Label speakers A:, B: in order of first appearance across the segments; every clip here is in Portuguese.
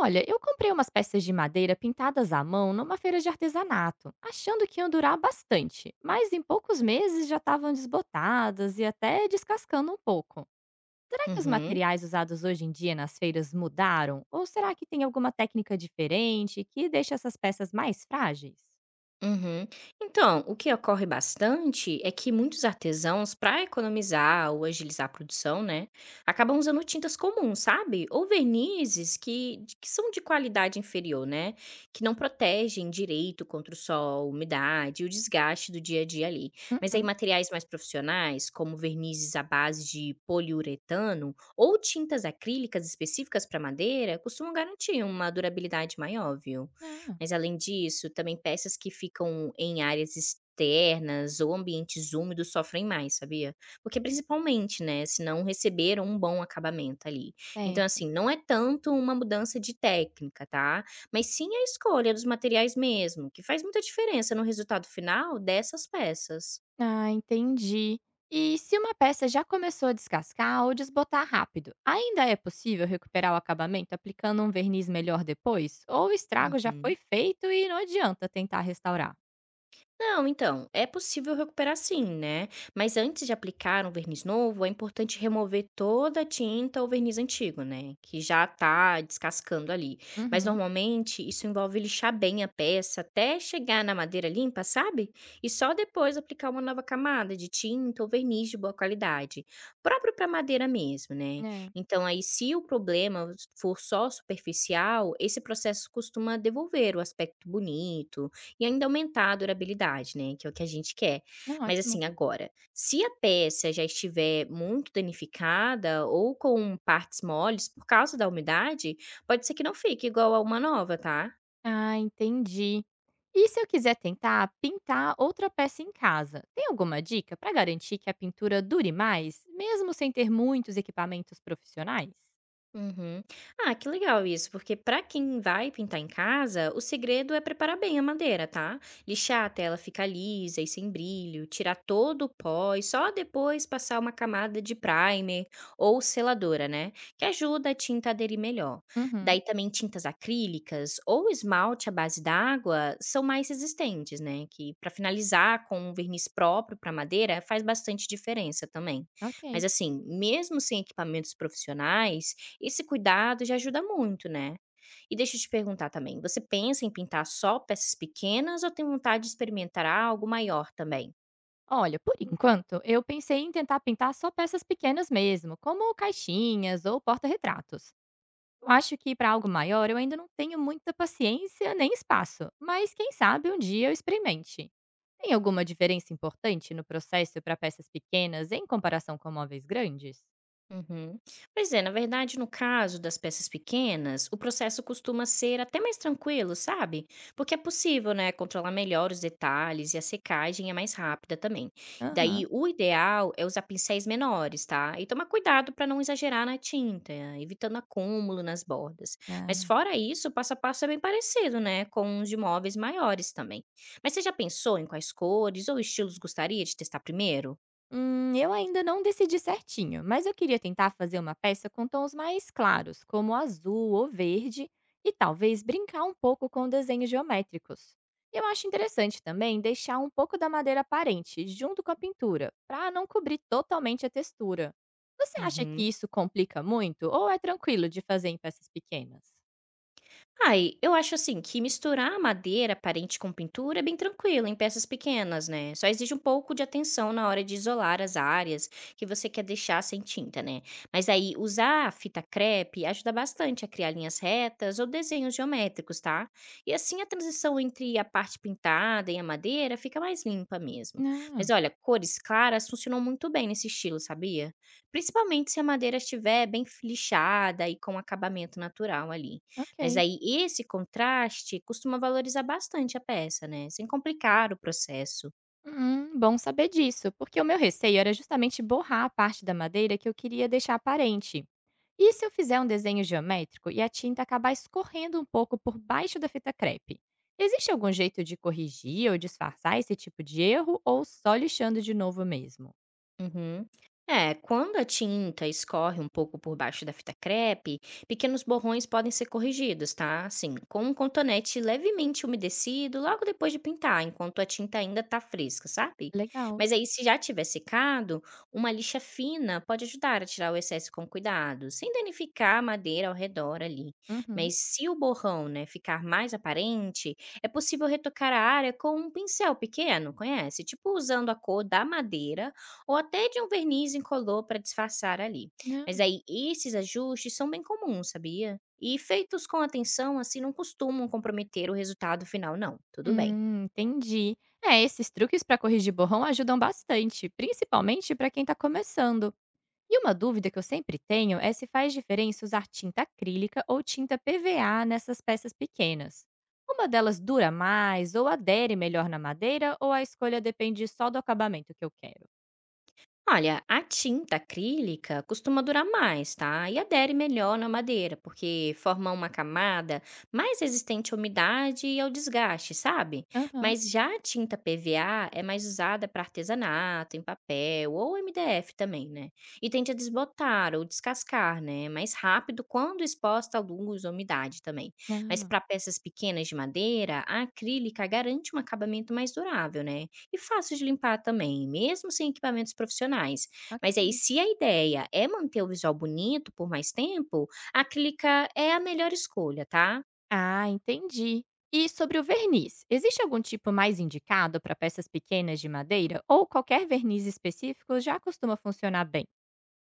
A: Olha, eu comprei umas peças de madeira pintadas à mão numa feira de artesanato, achando que iam durar bastante, mas em poucos meses já estavam desbotadas e até descascando um pouco. Será que os
B: Uhum,
A: materiais usados hoje em dia nas feiras mudaram? Ou será que tem alguma técnica diferente que deixa essas peças mais frágeis?
B: uhum. Então, o que ocorre bastante é que muitos artesãos, para economizar ou agilizar a produção, né, acabam usando tintas comuns, sabe? Ou vernizes que, que são de qualidade inferior, né? Que não protegem direito contra o sol, umidade e o desgaste do dia a dia ali. Mas aí,
A: Uhum.
B: materiais mais profissionais, como vernizes à base de poliuretano ou tintas acrílicas específicas para madeira, costumam garantir uma durabilidade maior, viu?
A: Ah,
B: Mas além disso, também peças que ficam em áreas externas ou ambientes úmidos sofrem mais, sabia? Porque principalmente, né, se não receberam um bom acabamento ali. Então
A: certo.
B: assim, não é tanto uma mudança de técnica, tá, mas sim a escolha dos materiais mesmo, que faz muita diferença no resultado final dessas peças.
A: Ah, entendi. E se uma peça já começou a descascar ou desbotar rápido, ainda é possível recuperar o acabamento aplicando um verniz melhor depois? Ou o estrago já
B: Uhum.
A: foi feito e não adianta tentar restaurar?
B: Não, então, é possível recuperar sim, né? Mas antes de aplicar um verniz novo, é importante remover toda a tinta ou verniz antigo, né? Que já tá descascando ali. Mas
A: Uhum.
B: normalmente isso envolve lixar bem a peça até chegar na madeira limpa, sabe? E só depois aplicar uma nova camada de tinta ou verniz de boa qualidade, próprio para madeira mesmo, né?
A: É.
B: Então, aí, se o problema for só superficial, esse processo costuma devolver o aspecto bonito e ainda aumentar a durabilidade, né, que é o que a gente quer.
A: Não,
B: Mas
A: ótimo.
B: assim, agora, se a peça já estiver muito danificada ou com partes moles por causa da umidade, pode ser que não fique igual a uma nova, tá?
A: Ah, entendi. E se eu quiser tentar pintar outra peça em casa, tem alguma dica para garantir que a pintura dure mais, mesmo sem ter muitos equipamentos profissionais?
B: Uhum. Ah, que legal isso, porque para quem vai pintar em casa, o segredo é preparar bem a madeira, tá? Lixar até ela ficar lisa e sem brilho, tirar todo o pó e só depois passar uma camada de primer ou seladora, né? Que ajuda a tinta a aderir melhor.
A: Uhum.
B: Daí também tintas acrílicas ou esmalte à base d'água são mais resistentes, né? Que para finalizar com um verniz próprio para madeira faz bastante diferença também. Mas
A: Ok.
B: assim, mesmo sem equipamentos profissionais, esse cuidado já ajuda muito, né. E deixa eu te perguntar também, você pensa em pintar só peças pequenas ou tem vontade de experimentar algo maior também?
A: Olha, por enquanto, eu pensei em tentar pintar só peças pequenas mesmo, como caixinhas ou porta-retratos. Eu acho que para algo maior eu ainda não tenho muita paciência nem espaço, mas quem sabe um dia eu experimente. Tem alguma diferença importante no processo para peças pequenas em comparação com móveis grandes?
B: Uhum. Pois é, na verdade, no caso das peças pequenas, o processo costuma ser até mais tranquilo, sabe? Porque é possível, né, controlar melhor os detalhes e a secagem é mais rápida também. Daí,
A: Aham,
B: o ideal é usar pincéis menores, tá? E tomar cuidado para não exagerar na tinta, evitando acúmulo nas bordas. Mas
A: né?
B: fora isso, o passo a passo é bem parecido, né, com os de móveis maiores também. Mas você já pensou em quais cores ou estilos gostaria de testar primeiro?
A: Eu ainda não decidi certinho, mas eu queria tentar fazer uma peça com tons mais claros, como azul ou verde, e talvez brincar um pouco com desenhos geométricos. Eu acho interessante também deixar um pouco da madeira aparente junto com a pintura, para não cobrir totalmente a textura. Você acha que
B: Uhum.
A: isso complica muito ou é tranquilo de fazer em peças pequenas?
B: Ai, eu acho assim que misturar a madeira parente com pintura é bem tranquilo em peças pequenas, né? Só exige um pouco de atenção na hora de isolar as áreas que você quer deixar sem tinta, né? Mas aí usar a fita crepe ajuda bastante a criar linhas retas ou desenhos geométricos, tá? E assim a transição entre a parte pintada e a madeira fica mais limpa mesmo. Mas
A: Ah,
B: olha, cores claras funcionam muito bem nesse estilo, sabia? Principalmente se a madeira estiver bem lixada e com acabamento natural ali. Mas
A: ok.
B: aí esse contraste costuma valorizar bastante a peça, né, sem complicar o processo.
A: Bom saber disso, porque o meu receio era justamente borrar a parte da madeira que eu queria deixar aparente. E se eu fizer um desenho geométrico e a tinta acabar escorrendo um pouco por baixo da fita crepe? Existe algum jeito de corrigir ou disfarçar esse tipo de erro ou só lixando de novo mesmo?
B: Uhum. É, quando a tinta escorre um pouco por baixo da fita crepe, pequenos borrões podem ser corrigidos, tá? Assim, com um cotonete levemente umedecido logo depois de pintar, enquanto a tinta ainda tá fresca, sabe?
A: Legal.
B: Mas aí, se já tiver secado, uma lixa fina pode ajudar a tirar o excesso com cuidado, sem danificar a madeira ao redor ali.
A: Uhum.
B: Mas se o borrão, né, ficar mais aparente, é possível retocar a área com um pincel pequeno, conhece? Tipo usando a cor da madeira ou até de um verniz incolor para disfarçar ali. Mas
A: Não.
B: aí esses ajustes são bem comuns, sabia? E feitos com atenção, assim, não costumam comprometer o resultado final, não. Tudo bem.
A: Entendi. É, esses truques para corrigir borrão ajudam bastante, principalmente para quem está começando. E uma dúvida que eu sempre tenho é se faz diferença usar tinta acrílica ou tinta PVA nessas peças pequenas. Uma delas dura mais ou adere melhor na madeira ou a escolha depende só do acabamento que eu quero?
B: Olha, a tinta acrílica costuma durar mais, tá? E adere melhor na madeira, porque forma uma camada mais resistente à umidade e ao desgaste, sabe?
A: Aham.
B: Mas já a tinta PVA é mais usada para artesanato, em papel ou MDF também, né? E tende a desbotar ou descascar, né? Mais rápido quando exposta à luz ou umidade também. Mas
A: Não,
B: para peças pequenas de madeira, a acrílica garante um acabamento mais durável, né? E fácil de limpar também, mesmo sem equipamentos profissionais. Mas aí,
A: ok.
B: se a ideia é manter o visual bonito por mais tempo, a acrílica é a melhor escolha, tá?
A: Ah, entendi. E sobre o verniz, existe algum tipo mais indicado para peças pequenas de madeira ou qualquer verniz específico já costuma funcionar bem?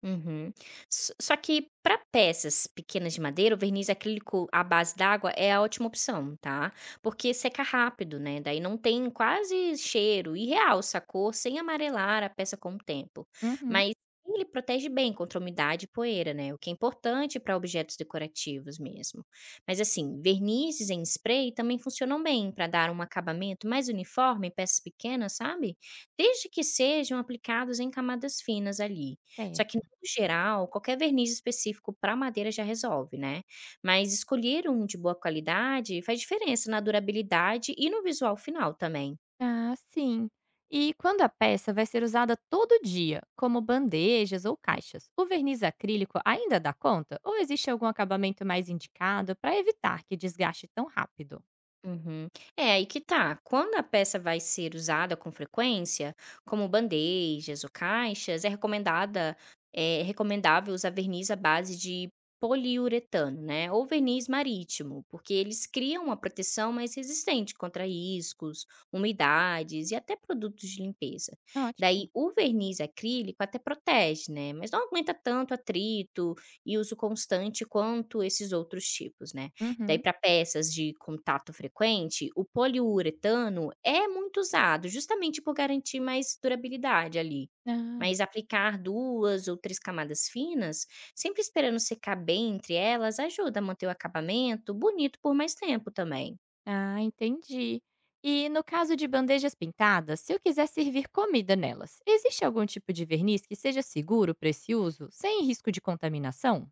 B: Uhum. S Só que para peças pequenas de madeira, o verniz acrílico à base d'água é a ótima opção, tá? Porque seca rápido, né, daí não tem quase cheiro e realça a cor sem amarelar a peça com o tempo.
A: Uhum,
B: Mas ele protege bem contra umidade e poeira, né, o que é importante para objetos decorativos mesmo. Mas assim, vernizes em spray também funcionam bem para dar um acabamento mais uniforme em peças pequenas, sabe? Desde que sejam aplicados em camadas finas ali. Só que,
A: certo.
B: no geral, qualquer verniz específico para madeira já resolve, né. Mas escolher um de boa qualidade faz diferença na durabilidade e no visual final também.
A: Ah, sim. E quando a peça vai ser usada todo dia, como bandejas ou caixas, o verniz acrílico ainda dá conta? Ou existe algum acabamento mais indicado para evitar que desgaste tão rápido?
B: Uhum. É, aí que tá. Quando a peça vai ser usada com frequência, como bandejas ou caixas, é recomendável usar verniz à base de poliuretano, né? Ou verniz marítimo, porque eles criam uma proteção mais resistente contra riscos, umidades e até produtos de limpeza. Daí,
A: Ótimo.
B: o verniz acrílico até protege, né? Mas não aguenta tanto atrito e uso constante quanto esses outros tipos, né? Daí
A: Uhum.
B: para peças de contato frequente, o poliuretano é muito usado, justamente por garantir mais durabilidade ali.
A: Ah,
B: Mas aplicar 2 ou 3 camadas finas, sempre esperando secar bem entre elas, ajuda a manter o acabamento bonito por mais tempo também.
A: ah, entendi. E no caso de bandejas pintadas, se eu quiser servir comida nelas, existe algum tipo de verniz que seja seguro para esse uso, sem risco de contaminação?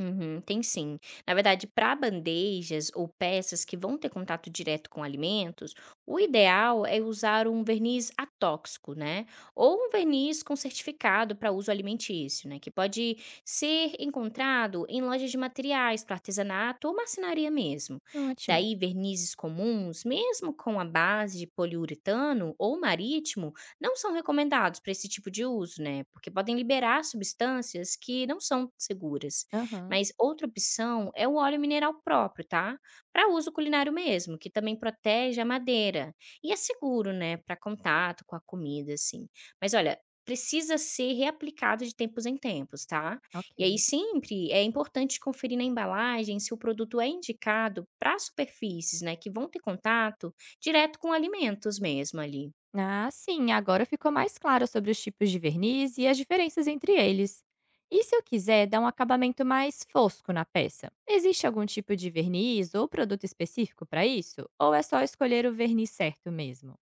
B: Uhum, tem sim. Na verdade, para bandejas ou peças que vão ter contato direto com alimentos, o ideal é usar um verniz atóxico, né? Ou um verniz com certificado para uso alimentício, né? Que pode ser encontrado em lojas de materiais para artesanato ou marcenaria mesmo.
A: Ótimo.
B: Daí, vernizes comuns, mesmo com a base de poliuretano ou marítimo, não são recomendados para esse tipo de uso, né? Porque podem liberar substâncias que não são seguras.
A: Aham,
B: Mas outra opção é o óleo mineral próprio, tá? Para uso culinário mesmo, que também protege a madeira e é seguro, né, para contato com a comida assim. Mas olha, precisa ser reaplicado de tempos em tempos, tá? E aí
A: ok.
B: sempre é importante conferir na embalagem se o produto é indicado para superfícies, né, que vão ter contato direto com alimentos mesmo ali.
A: Ah, sim, agora ficou mais claro sobre os tipos de verniz e as diferenças entre eles. E se eu quiser dar um acabamento mais fosco na peça? Existe algum tipo de verniz ou produto específico para isso? Ou é só escolher o verniz certo mesmo?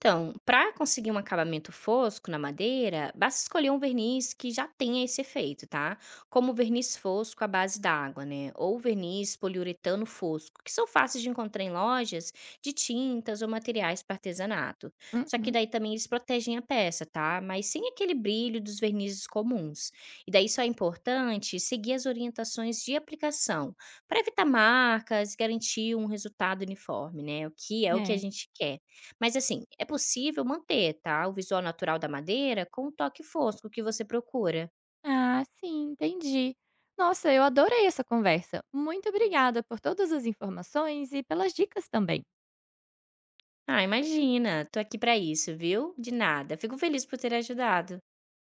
B: Então, para conseguir um acabamento fosco na madeira, basta escolher um verniz que já tenha esse efeito, tá? Como o verniz fosco à base d'água, né? Ou o verniz poliuretano fosco, que são fáceis de encontrar em lojas de tintas ou materiais para artesanato. Só que
A: Uhum.
B: daí também eles protegem a peça, tá? Mas sem aquele brilho dos vernizes comuns. E daí só é importante seguir as orientações de aplicação para evitar marcas e garantir um resultado uniforme, né? O que é o que a
A: É.
B: gente quer. Mas assim, é possível manter, tá, o visual natural da madeira com o toque fosco que você procura.
A: Ah, sim, entendi. Nossa, eu adorei essa conversa. Muito obrigada por todas as informações e pelas dicas também.
B: Ah, imagina, tô aqui pra isso, viu? De nada. Fico feliz por ter ajudado.